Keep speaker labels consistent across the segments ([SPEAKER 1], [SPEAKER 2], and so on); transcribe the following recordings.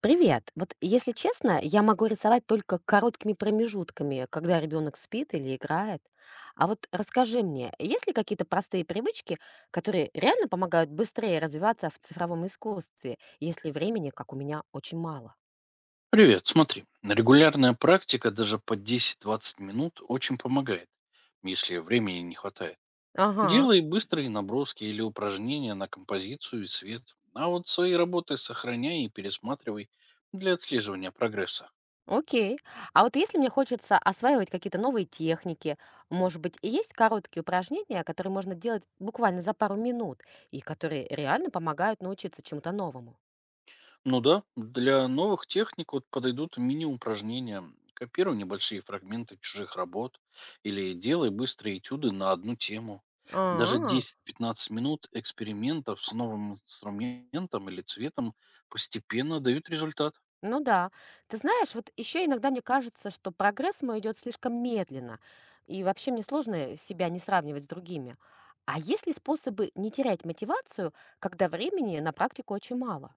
[SPEAKER 1] Привет. Вот если честно, я могу рисовать только короткими промежутками, когда ребенок спит или играет. А вот расскажи мне, есть ли какие-то простые привычки, которые реально помогают быстрее развиваться в цифровом искусстве, если времени, как у меня, очень мало?
[SPEAKER 2] Привет, смотри. Регулярная практика даже по 10-20 минут очень помогает, если времени не хватает.
[SPEAKER 1] Ага,
[SPEAKER 2] Делай быстрые наброски или упражнения на композицию и свет. А вот свои работы сохраняй и пересматривай для отслеживания прогресса.
[SPEAKER 1] окей. А вот если мне хочется осваивать какие-то новые техники, может быть, и есть короткие упражнения, которые можно делать буквально за пару минут и которые реально помогают научиться чему-то новому?
[SPEAKER 2] Ну да, для новых техник вот подойдут мини-упражнения. Копируй небольшие фрагменты чужих работ или делай быстрые этюды на одну тему. Даже
[SPEAKER 1] А.
[SPEAKER 2] 10-15 минут экспериментов с новым инструментом или цветом постепенно дают результат.
[SPEAKER 1] Ну да. Ты знаешь, вот еще иногда мне кажется, что прогресс мой идет слишком медленно, и вообще мне сложно себя не сравнивать с другими. А есть ли способы не терять мотивацию, когда времени на практику очень мало?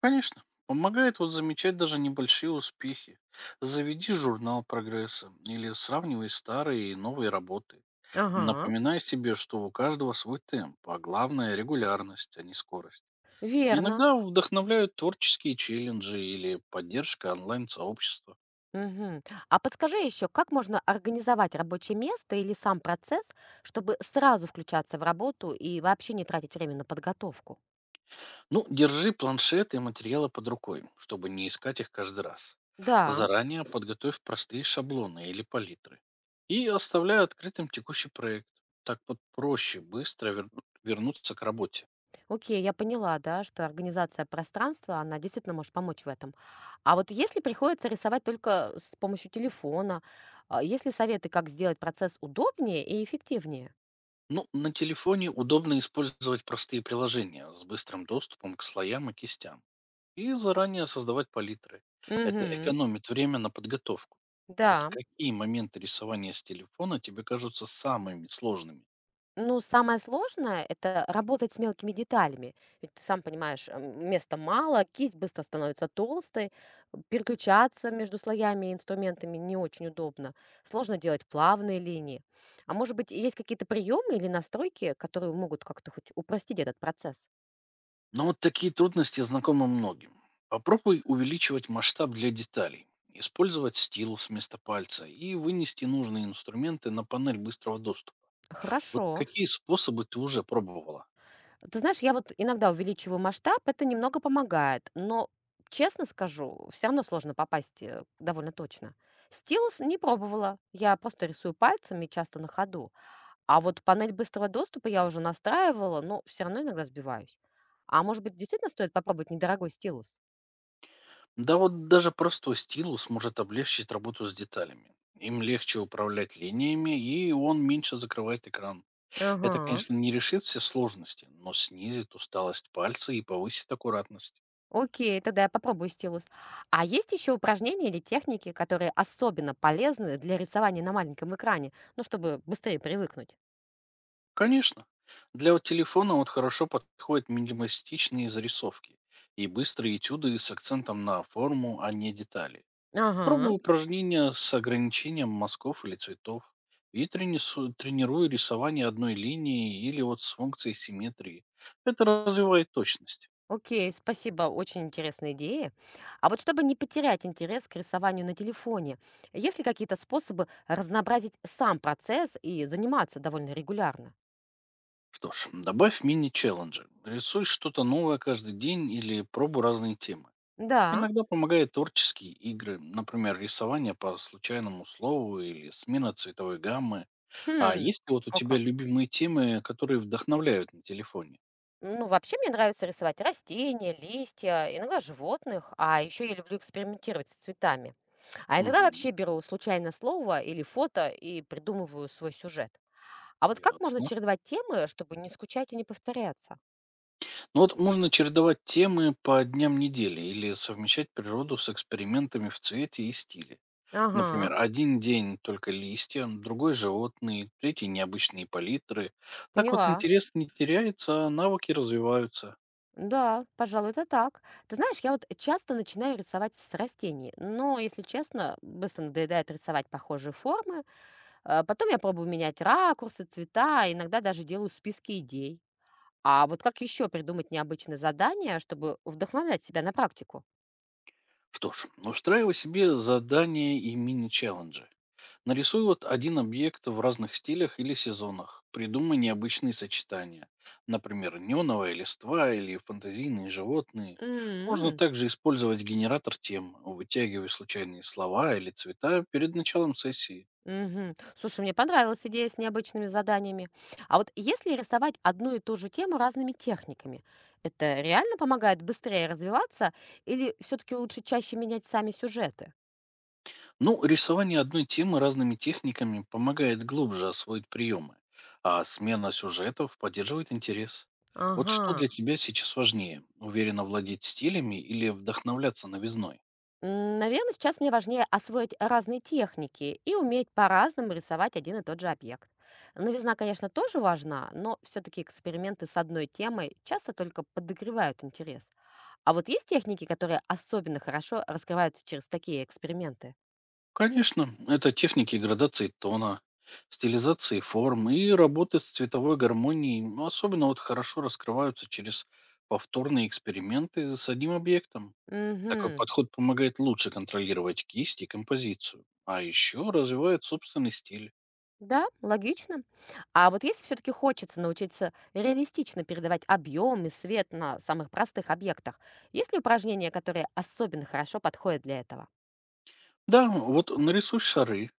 [SPEAKER 2] Конечно, помогает вот замечать даже небольшие успехи. Заведи журнал прогресса или сравнивай старые и новые работы.
[SPEAKER 1] Ага,
[SPEAKER 2] Напоминай себе, что у каждого свой темп, а главное регулярность, а не скорость.
[SPEAKER 1] верно.
[SPEAKER 2] Иногда вдохновляют творческие челленджи или поддержка онлайн-сообщества.
[SPEAKER 1] Мгм. А подскажи еще, как можно организовать рабочее место или сам процесс, чтобы сразу включаться в работу и вообще не тратить время на подготовку?
[SPEAKER 2] Ну, держи планшеты и материалы под рукой, чтобы не искать их каждый раз.
[SPEAKER 1] Да.
[SPEAKER 2] Заранее подготовь простые шаблоны или палитры. И оставляй открытым текущий проект. Так вот проще быстро вернуться к работе.
[SPEAKER 1] Окей, я поняла, да, что организация пространства, она действительно может помочь в этом. А вот если приходится рисовать только с помощью телефона, есть ли советы, как сделать процесс удобнее и эффективнее?
[SPEAKER 2] Ну, на телефоне удобно использовать простые приложения с быстрым доступом к слоям и кистям и заранее создавать палитры. Это
[SPEAKER 1] Мгм.
[SPEAKER 2] экономит время на подготовку. Вот
[SPEAKER 1] Да.
[SPEAKER 2] какие моменты рисования с телефона тебе кажутся самыми сложными?
[SPEAKER 1] Ну, самое сложное — это работать с мелкими деталями. Ведь ты сам понимаешь, места мало, кисть быстро становится толстой, переключаться между слоями и инструментами не очень удобно. Сложно делать плавные линии. А может быть, есть какие-то приемы или настройки, которые могут как-то хоть упростить этот процесс?
[SPEAKER 2] Но вот такие трудности знакомы многим. Попробуй увеличивать масштаб для деталей, использовать стилус вместо пальца и вынести нужные инструменты на панель быстрого доступа. Вот
[SPEAKER 1] Хорошо.
[SPEAKER 2] какие способы ты уже пробовала?
[SPEAKER 1] Ты знаешь, я вот иногда увеличиваю масштаб, это немного помогает, но, честно скажу, все равно сложно попасть довольно точно. Стилус не пробовала, я просто рисую пальцами часто на ходу, а вот панель быстрого доступа я уже настраивала, но все равно иногда сбиваюсь. А может быть, действительно стоит попробовать недорогой стилус?
[SPEAKER 2] Да вот даже простой стилус может облегчить работу с деталями. Им легче управлять линиями, и он меньше закрывает экран. Это,
[SPEAKER 1] Ага,
[SPEAKER 2] конечно, не решит все сложности, но снизит усталость пальца и повысит аккуратность.
[SPEAKER 1] окей, тогда я попробую стилус. А есть еще упражнения или техники, которые особенно полезны для рисования на маленьком экране, ну, чтобы быстрее привыкнуть?
[SPEAKER 2] Конечно. Для вот телефона вот хорошо подходят минималистичные зарисовки и быстрые этюды с акцентом на форму, а не детали. Пробуй
[SPEAKER 1] Ага.
[SPEAKER 2] упражнения с ограничением мазков или цветов и тренируй рисование одной линии или вот с функцией симметрии. Это развивает точность.
[SPEAKER 1] Окей, спасибо, очень интересные идеи. А вот чтобы не потерять интерес к рисованию на телефоне, есть ли какие-то способы разнообразить сам процесс и заниматься довольно регулярно?
[SPEAKER 2] Что ж, добавь мини-челленджи. Рисуй что-то новое каждый день или пробуй разные темы.
[SPEAKER 1] Да.
[SPEAKER 2] Иногда помогают творческие игры, например, рисование по случайному слову или смена цветовой гаммы. А
[SPEAKER 1] Хм.
[SPEAKER 2] есть ли вот у
[SPEAKER 1] О
[SPEAKER 2] тебя
[SPEAKER 1] как.
[SPEAKER 2] любимые темы, которые вдохновляют на телефоне?
[SPEAKER 1] Ну, вообще мне нравится рисовать растения, листья, иногда животных, а еще я люблю экспериментировать с цветами. А иногда
[SPEAKER 2] Мгм.
[SPEAKER 1] вообще беру случайное слово или фото и придумываю свой сюжет. А вот как можно
[SPEAKER 2] Ясно.
[SPEAKER 1] чередовать темы, чтобы не скучать и не повторяться?
[SPEAKER 2] Ну вот можно чередовать темы по дням недели или совмещать природу с экспериментами в цвете и стиле.
[SPEAKER 1] Ага,
[SPEAKER 2] Например, один день только листья, другой животные, третий необычные палитры. Так вот
[SPEAKER 1] поняла.
[SPEAKER 2] интерес не теряется, а навыки развиваются.
[SPEAKER 1] Да, пожалуй, это так. Ты знаешь, я вот часто начинаю рисовать с растений, но, если честно, быстро надоедает рисовать похожие формы. Потом я пробую менять ракурсы, цвета, а иногда даже делаю списки идей. А вот как еще придумать необычные задания, чтобы вдохновлять себя на практику?
[SPEAKER 2] Что ж, устраивай себе задания и мини-челленджи. Нарисуй вот один объект в разных стилях или сезонах. Придумай необычные сочетания. Например, неоновая листва или фантазийные животные. Можно
[SPEAKER 1] М,
[SPEAKER 2] также использовать генератор тем, вытягивая случайные слова или цвета перед началом сессии.
[SPEAKER 1] мгм. Слушай, мне понравилась идея с необычными заданиями. А вот если рисовать одну и ту же тему разными техниками, это реально помогает быстрее развиваться или все-таки лучше чаще менять сами сюжеты?
[SPEAKER 2] Ну, рисование одной темы разными техниками помогает глубже освоить приемы, а смена сюжетов поддерживает интерес. Вот
[SPEAKER 1] Ага.
[SPEAKER 2] что для тебя сейчас важнее: уверенно владеть стилями или вдохновляться новизной?
[SPEAKER 1] Наверное, сейчас мне важнее освоить разные техники и уметь по-разному рисовать один и тот же объект. Новизна, конечно, тоже важна, но все-таки эксперименты с одной темой часто только подогревают интерес. А вот есть техники, которые особенно хорошо раскрываются через такие эксперименты?
[SPEAKER 2] Конечно, это техники градации тона, стилизации форм и работы с цветовой гармонией, ну, особенно вот хорошо раскрываются через повторные эксперименты с одним объектом. Такой
[SPEAKER 1] Мгм.
[SPEAKER 2] подход помогает лучше контролировать кисть и композицию, а еще развивает собственный стиль.
[SPEAKER 1] Да, логично. А вот если все-таки хочется научиться реалистично передавать объем и свет на самых простых объектах, есть ли упражнения, которые особенно хорошо подходят для этого?
[SPEAKER 2] Да, вот нарисуй шары,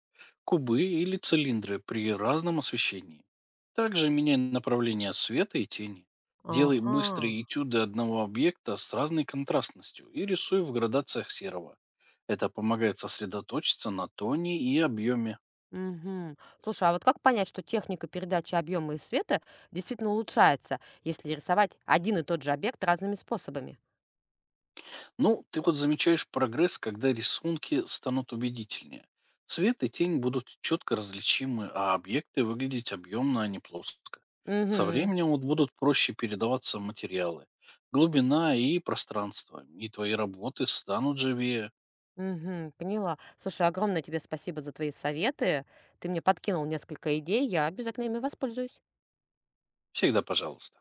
[SPEAKER 2] кубы или цилиндры при разном освещении. Также меняй направление света и тени. Делай
[SPEAKER 1] Ага.
[SPEAKER 2] быстрые этюды одного объекта с разной контрастностью и рисуй в градациях серого. Это помогает сосредоточиться на тоне и объеме.
[SPEAKER 1] Мгм. Слушай, а вот как понять, что техника передачи объема и света действительно улучшается, если рисовать один и тот же объект разными способами?
[SPEAKER 2] Ну, ты вот замечаешь прогресс, когда рисунки станут убедительнее. Цвет и тень будут четко различимы, а объекты выглядеть объемно, а не плоско. Со
[SPEAKER 1] Угу,
[SPEAKER 2] временем вот будут проще передаваться материалы, глубина и пространство, и твои работы станут живее.
[SPEAKER 1] угу, поняла. Слушай, огромное тебе спасибо за твои советы. Ты мне подкинул несколько идей, я обязательно ими воспользуюсь.
[SPEAKER 2] Всегда пожалуйста.